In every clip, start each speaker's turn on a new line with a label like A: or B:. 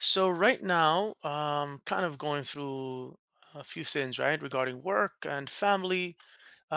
A: So right now, kind of going through a few things, right, regarding work and family.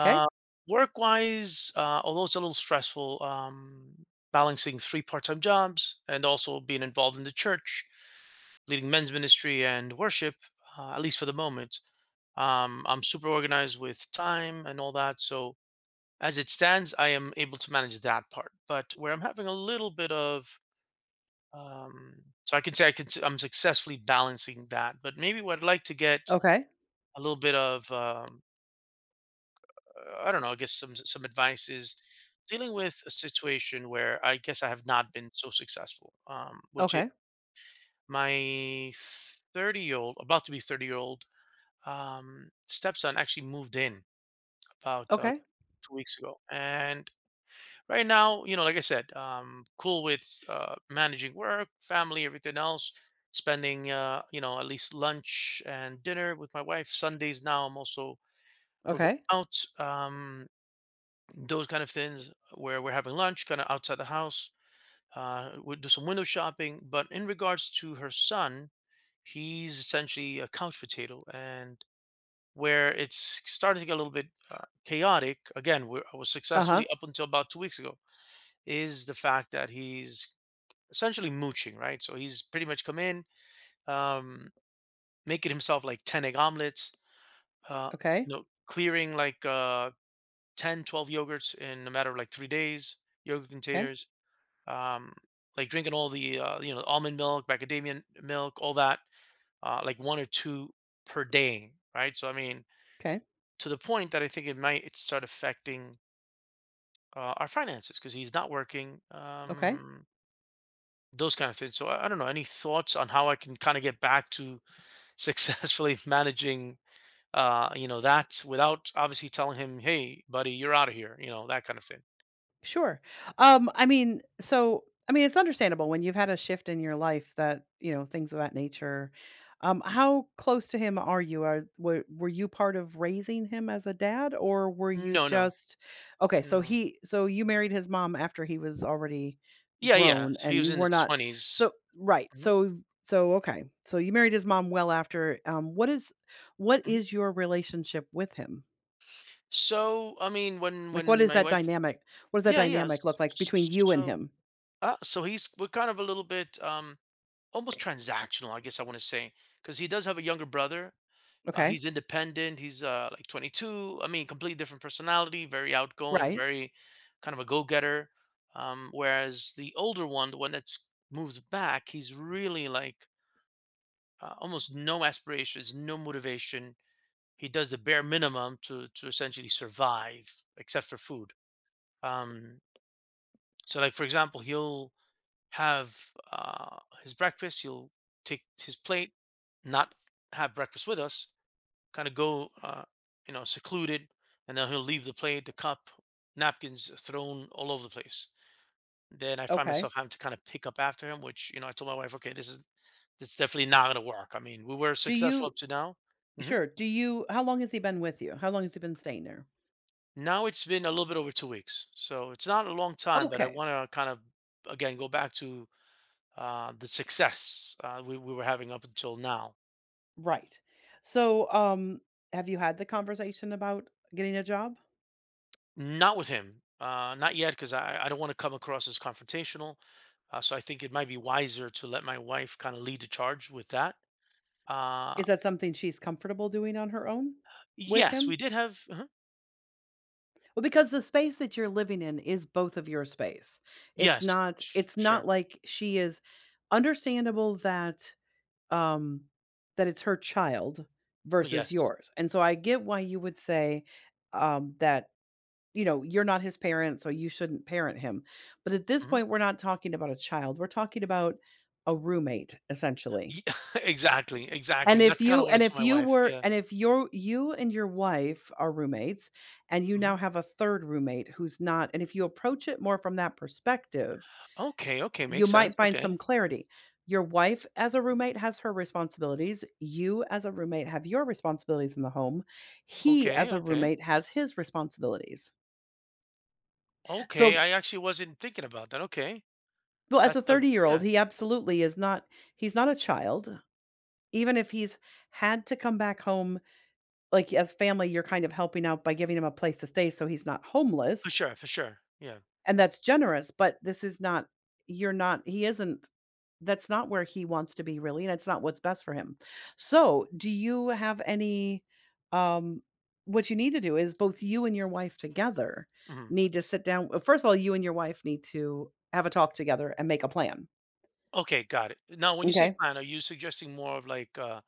B: Okay.
A: work-wise, although it's a little stressful, balancing three part-time jobs and also being involved in the church, leading men's ministry and worship, at least for the moment. I'm super organized with time and all that. So as it stands, I am able to manage that part. But where I'm having a little bit of um, so I can say I'm successfully balancing that. But maybe what I'd like to get
B: Okay.
A: a little bit of, I don't know, I guess some advice is dealing with a situation where I guess I have not been so successful, which is
B: Okay.
A: my 30-year-old, about to be 30-year-old stepson actually moved in about
B: Okay.
A: 2 weeks ago. And right now, like I said, cool with managing work, family, everything else. Spending, at least lunch and dinner with my wife. Sundays now, I'm also we're going
B: Okay.
A: out. Those kind of things where we're having lunch, kind of outside the house. We do some window shopping. But in regards to her son, he's essentially a couch potato, and where it's starting to get a little bit chaotic. Again, we I was
B: Uh huh.
A: successfully up until about 2 weeks ago is the fact that he's essentially mooching, right? So he's pretty much come in, um, making himself like 10 egg omelets, uh,
B: Okay.
A: clearing like 10, 12 yogurts in a matter of like 3 days, yogurt
B: Okay.
A: containers, um, like drinking all the, almond milk, macadamia milk, all that, like one or two per day, right? So, I mean,
B: Okay. Okay. 'Kay.
A: to the point that I think it might it start affecting our finances because he's not working,
B: 'Kay. Okay.
A: those kind of things. So, I don't know. Any thoughts on how I can kind of get back to successfully managing that without obviously telling him, hey buddy, you're out of here, that kind of thing.
B: Sure. I mean, it's understandable when you've had a shift in your life that you know things of that nature. How close to him are you? Were you part of raising him as a dad, or were you
A: No, no.
B: just okay? So
A: No.
B: he, so you married his mom after he was already
A: Yeah, yeah,
B: grown,
A: so he
B: and
A: was
B: you
A: in
B: were
A: his
B: not.
A: 20s.
B: So right.
A: Mhm,
B: So, okay. So you married his mom well after. Um, what is what
A: mhm.
B: is your relationship with him?
A: So I mean, when
B: Like, what
A: when
B: is
A: my
B: that
A: wife,
B: dynamic? What does that
A: yeah, yeah.
B: dynamic look like between you and
A: So,
B: him?
A: so he's we're kind of a little bit almost transactional, I guess I want to say, because he does have a younger brother.
B: Okay.
A: He's independent. He's like 22. I mean, completely different personality, very outgoing,
B: Right.
A: very kind of a go getter. Whereas the older one, the one that's moved back, he's really like almost no aspirations, no motivation. He does the bare minimum to essentially survive, except for food. Um, so, like for example, he'll have uh, his breakfast. He'll take his plate, not have breakfast with us, kind of go, secluded, and then he'll leave the plate, the cup, napkins thrown all over the place. Then I find
B: Okay.
A: myself having to kind of pick up after him, which I told my wife, okay, this is definitely not going to work. I mean, we were
B: Do
A: successful
B: you
A: up to now. Hmm.
B: sure, do you how long has he been with you? How long has he been staying there?
A: Now it's been a little bit over 2 weeks, so it's not a long time, but I
B: Okay,
A: want to kind of again go back to the success we were having up until now.
B: right. So, have you had the conversation about getting a job?
A: Not with him. Not yet, because I don't want to come across as confrontational. So I think it might be wiser to let my wife kind of lead the charge with that. Uh,
B: Is that something she's comfortable doing on her own with
A: yes, we
B: him?
A: did have.
B: Well, because the space that you're living in is both of your space. It's
A: Yes,
B: not it's not
A: sure.
B: like she is understandable um that it's her child versus
A: Yes.
B: yours. And so I get why you would say that you're not his parent, so you shouldn't parent him. But at this
A: Hmm.
B: point, we're not talking about a child. We're talking about a roommate, essentially.
A: Exactly. Exactly. That's kind of what I
B: And if
A: told my
B: you
A: wife.
B: were
A: Yeah.
B: and if your you and your wife are roommates and you
A: Hmm.
B: now have a third roommate who's not, and if you approach it more from that perspective,
A: Okay. Okay.
B: you
A: Makes sense.
B: might find
A: Okay.
B: some clarity. Your wife as a roommate has her responsibilities. You as a roommate have your responsibilities in the home. He
A: Okay.
B: as a
A: Okay.
B: roommate has his responsibilities.
A: Okay.
B: So,
A: I actually wasn't thinking about that. Okay.
B: well, as a
A: That's a,
B: 30-year-old-year-old,
A: yeah,
B: he absolutely is not, he's not a child, even if he's had to come back home, like, as family, you're kind of helping out by giving him a place to stay so he's not
A: for
B: homeless,
A: sure. For sure. Yeah.
B: and that's generous, but this is not, you're not, he isn't, that's not where he wants to be really, and it's not what's best for him. So, do you have any, um what you need to do is both you and your wife together
A: Hmm.
B: need to sit down. Well, first of all, you and your wife need to have a talk together and make a plan.
A: Okay. Got it. Now, when you say
B: Okay.
A: plan, are you suggesting more of like,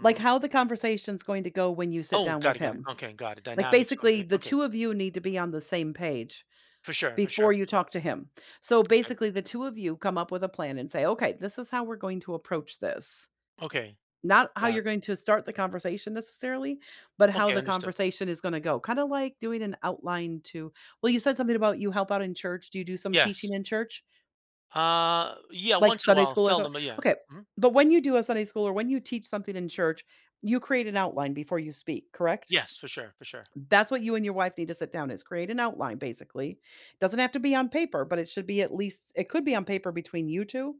B: Like, how the conversation's going to go when you sit
A: oh,
B: down
A: got
B: with
A: it, got it.
B: him.
A: Okay, got it.
B: Like,
A: Dynamics of
B: basically,
A: the,
B: the
A: okay,
B: 2 of you need to be on the same page
A: for sure, for
B: before
A: sure.
B: you talk to him. So,
A: Okay,
B: basically, the 2 of you come up with a plan and say, "Okay, this is how we're going to approach this."
A: okay,
B: Not how
A: got
B: you're
A: it.
B: going to start the conversation necessarily, but how
A: Okay,
B: the
A: understood.
B: conversation is gonna go. Kinda like doing an outline to, well, you said something about you help out in church. Do you do some teaching
A: Yes.
B: in church?
A: Yeah.
B: Like
A: Once in a
B: Sunday
A: while,
B: school or
A: tell
B: something?
A: them, but yeah.
B: Okay,
A: Mhm.
B: but when you do a Sunday school or when you teach something in church, you create an outline before you speak, correct?
A: Yes, for sure, for sure.
B: That's what you and your wife need to sit down is create an outline basically. Doesn't have to be on paper, but it should be at least it could be on paper between you 2,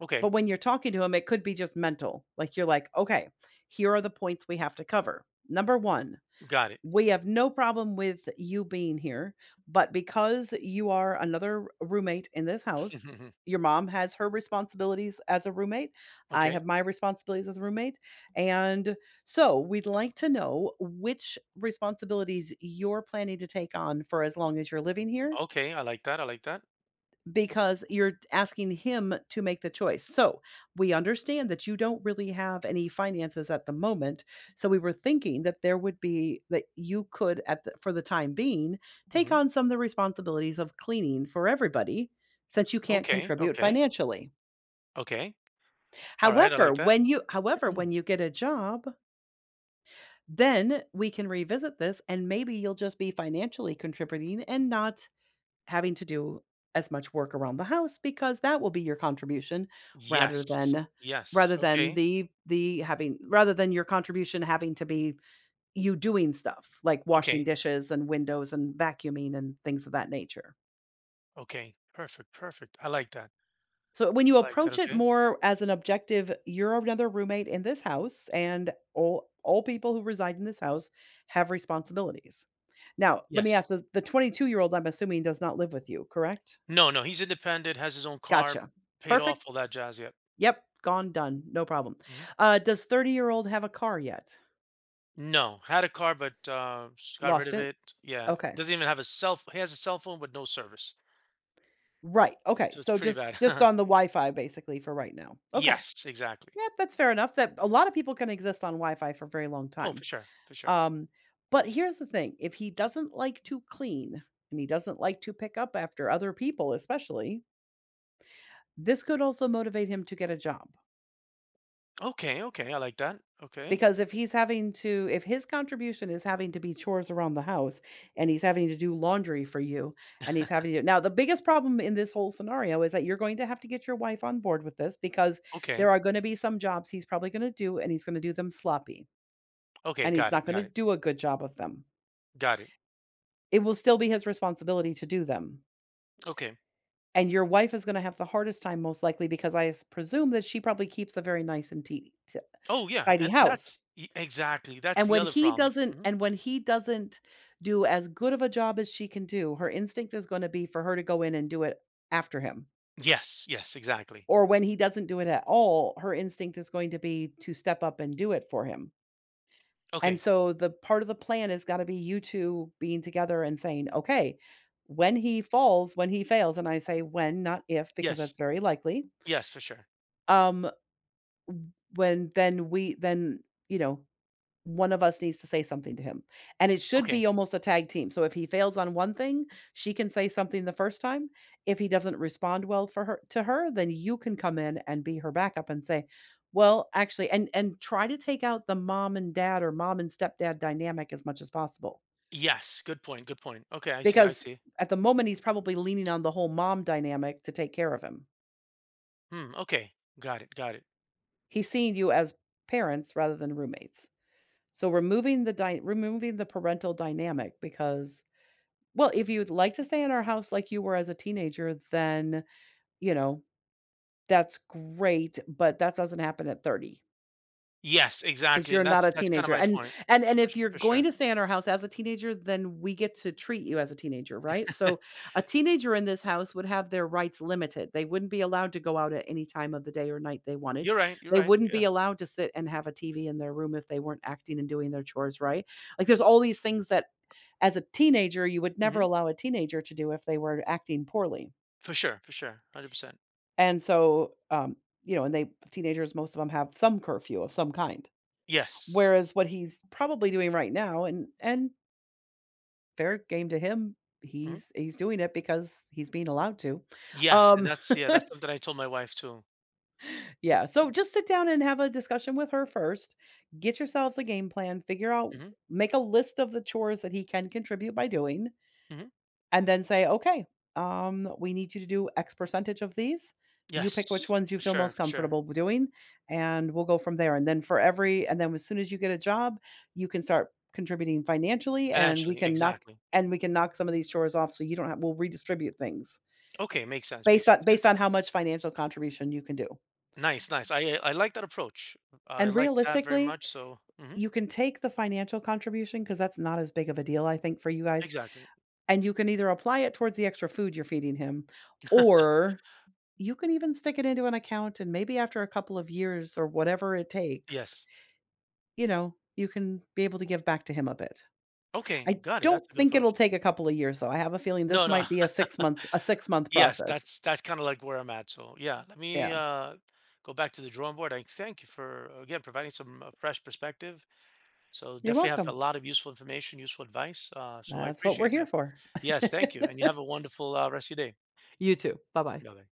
A: Okay,
B: but when you're talking to him, it could be just mental. Like you're like, "Okay, here are the points we have to cover. Number 1,
A: got it.
B: we have no problem with you being here, but because you are another roommate in this house, your mom has her responsibilities as a roommate. I
A: Okay,
B: have my responsibilities as a roommate. And so we'd like to know which responsibilities you're planning to take on for as long as you're living here
A: okay. I like that. I like that.
B: because you're asking him to make the choice. So, we understand that you don't really have any finances at the moment, so we were thinking that there would be that you could for the time being, take
A: Hmm.
B: on some of the responsibilities of cleaning for everybody since you can't
A: Okay,
B: contribute
A: okay,
B: financially.
A: okay. All right, I
B: However,
A: like that.
B: when you however, when you get a job, then we can revisit this and maybe you'll just be financially contributing and not having to do as much work around the house because that will be your contribution rather
A: Yes,
B: than
A: yes.
B: rather than
A: Okay,
B: the having rather than your contribution having to be you doing stuff like washing
A: okay,
B: dishes and windows and vacuuming and things of that nature.
A: okay. Perfect, perfect. I like that.
B: So when you
A: I like that.
B: approach it
A: Okay.
B: more as an objective, you're another roommate in this house and all people who reside in this house have responsibilities. Now, let me
A: Yes.
B: ask so the 22-year-old year old, I'm assuming, does not live with you, correct?
A: No, no, he's independent, has his own car,
B: Gotcha.
A: paid
B: Perfect.
A: off, all that jazz. Yep.
B: Yep, gone, done, no problem.
A: Hmm.
B: Does 30-year-old have a car yet?
A: No, had a car, but got rid
B: Lost
A: of
B: it?
A: it. Yeah,
B: Okay.
A: doesn't even have a cell. He has a cell phone, but no service.
B: Right,
A: So,
B: okay,
A: so it's
B: so
A: pretty
B: just
A: bad.
B: just on the Wi-Fi basically for right now. Okay.
A: Yes, exactly.
B: Yeah, that's fair enough that a lot of people can exist on Wi-Fi for a very long
A: Oh,
B: time.
A: for sure, for sure.
B: Um, but here's the thing, if he doesn't like to clean and he doesn't like to pick up after other people especially, this could also motivate him to get a job.
A: Okay, okay, I like that. Okay,
B: Because if his contribution is having to be chores around the house, and he's having to do laundry for you, and he's having to now the biggest problem in this whole scenario is that you're going to have to get your wife on board with this because there
A: okay,
B: are gonna be some jobs he's probably gonna do, and he's gonna do them sloppy,
A: okay,
B: and he's
A: got
B: not
A: it,
B: gonna
A: got it,
B: do a good job of them.
A: got it.
B: It will still be his responsibility to do them,
A: Okay.
B: and your wife is gonna have the hardest time most likely because I s presume that she probably keeps a very nice and ti ti
A: Oh yeah,
B: tidy
A: and
B: house.
A: that's exactly. That's
B: And
A: the
B: when
A: other
B: he
A: problem.
B: doesn't
A: Hmm.
B: and when he doesn't do as good of a job as she can do, her instinct is gonna be for her to go in and do it after him.
A: Yes, yes, exactly.
B: Or when he doesn't do it at all, her instinct is going to be to step up and do it for him. And
A: Okay.
B: so the part of the plan has gotta be you 2 being together and saying, "Okay, when he falls, when he fails," and I say when, not if, because
A: Yes,
B: that's very likely.
A: yes, for sure.
B: Um, when then we then, you know, One of us needs to say something to him, and it should
A: Okay.
B: be almost a tag team. So if he fails on one thing, she can say something the first time. If he doesn't respond well for her to her, then you can come in and be her backup and say, "Well, actually," and try to take out the mom and dad or mom and stepdad dynamic as much as possible
A: Yes, good point. Good point. Okay, I see. I
B: because
A: see.
B: at the moment he's probably leaning on the whole mom dynamic to take care of him.
A: Hmm, okay. Got it, got it.
B: He's seeing you as parents rather than roommates. So removing the parental dynamic because well, if you'd like to stay in our house like you were as a teenager, then, you know, that's great, but that doesn't happen at 30
A: Yes,
B: because
A: exactly,
B: you're
A: and
B: not
A: that's
B: a
A: that's kinda
B: teenager.
A: my
B: And
A: point.
B: and and
A: For su
B: if you're
A: for
B: going
A: sure.
B: to stay in our house as a teenager, then we get to treat you as a teenager, right? So a teenager in this house would have their rights limited. They wouldn't be allowed to go out at any time of the day or night they wanted.
A: You're
B: They
A: right,
B: wouldn't be
A: yeah.
B: allowed to sit and have a TV in their room if they weren't acting and doing their chores, right? Like there's all these things that as a teenager you would never
A: Mhm.
B: allow a teenager to do if they were acting poorly.
A: For sure, 100%.
B: And so and they teenagers, most of them have some curfew of some kind.
A: Yes.
B: Whereas what he's probably doing right now and fair game to him,
A: Mhm.
B: he's doing it because he's being allowed to.
A: Yes, and
B: Um,
A: that's, yeah, that's something I told my wife too.
B: yeah, so just sit down and have a discussion with her first. Get yourselves a game plan, figure out,
A: Mhm,
B: make a list of the chores that he can contribute by doing
A: mhm.
B: and then say, "Okay, we need you to do X percentage of these. You pick which
A: Yes,
B: ones you
A: for
B: feel
A: sure,
B: most
A: for sure.
B: comfortable doing, and we'll go from there." And then as soon as you get a job, you can start contributing financially, and we
A: Financially,
B: can knock
A: exactly.
B: and we can knock some of these chores off, so you don't have. We'll redistribute things
A: Okay, makes sense,
B: based
A: makes
B: on
A: sense. And
B: based on how much financial contribution you can do.
A: nice, nice. I like that approach. I
B: And
A: like that very
B: realistically,
A: much, so. Mhm,
B: you can take the financial contribution because that's not as big of a deal, I think, for you guys.
A: exactly.
B: And you can either apply it towards the extra food you're feeding him, or you can even stick it into an account and maybe after a couple of years or whatever it takes,
A: Yes.
B: you can be able to give back to him a bit.
A: Okay,
B: I
A: got it,
B: don't
A: that's a good
B: think it'll
A: approach.
B: take a couple of years though. I have a feeling this
A: No, no.
B: might be a 6 month a 6 month
A: Yes,
B: process.
A: that's kind of like where I'm at. So yeah, let me
B: Yeah.
A: go back to the drawing board. I thank you for again providing some fresh perspective. So
B: You're
A: definitely have a
B: welcome.
A: lot of useful information, useful advice. So I
B: That's what we're
A: appreciate
B: here
A: that.
B: for.
A: Yes, thank you, and you have a wonderful rest of your day.
B: You too. Bye-bye.
A: Bye.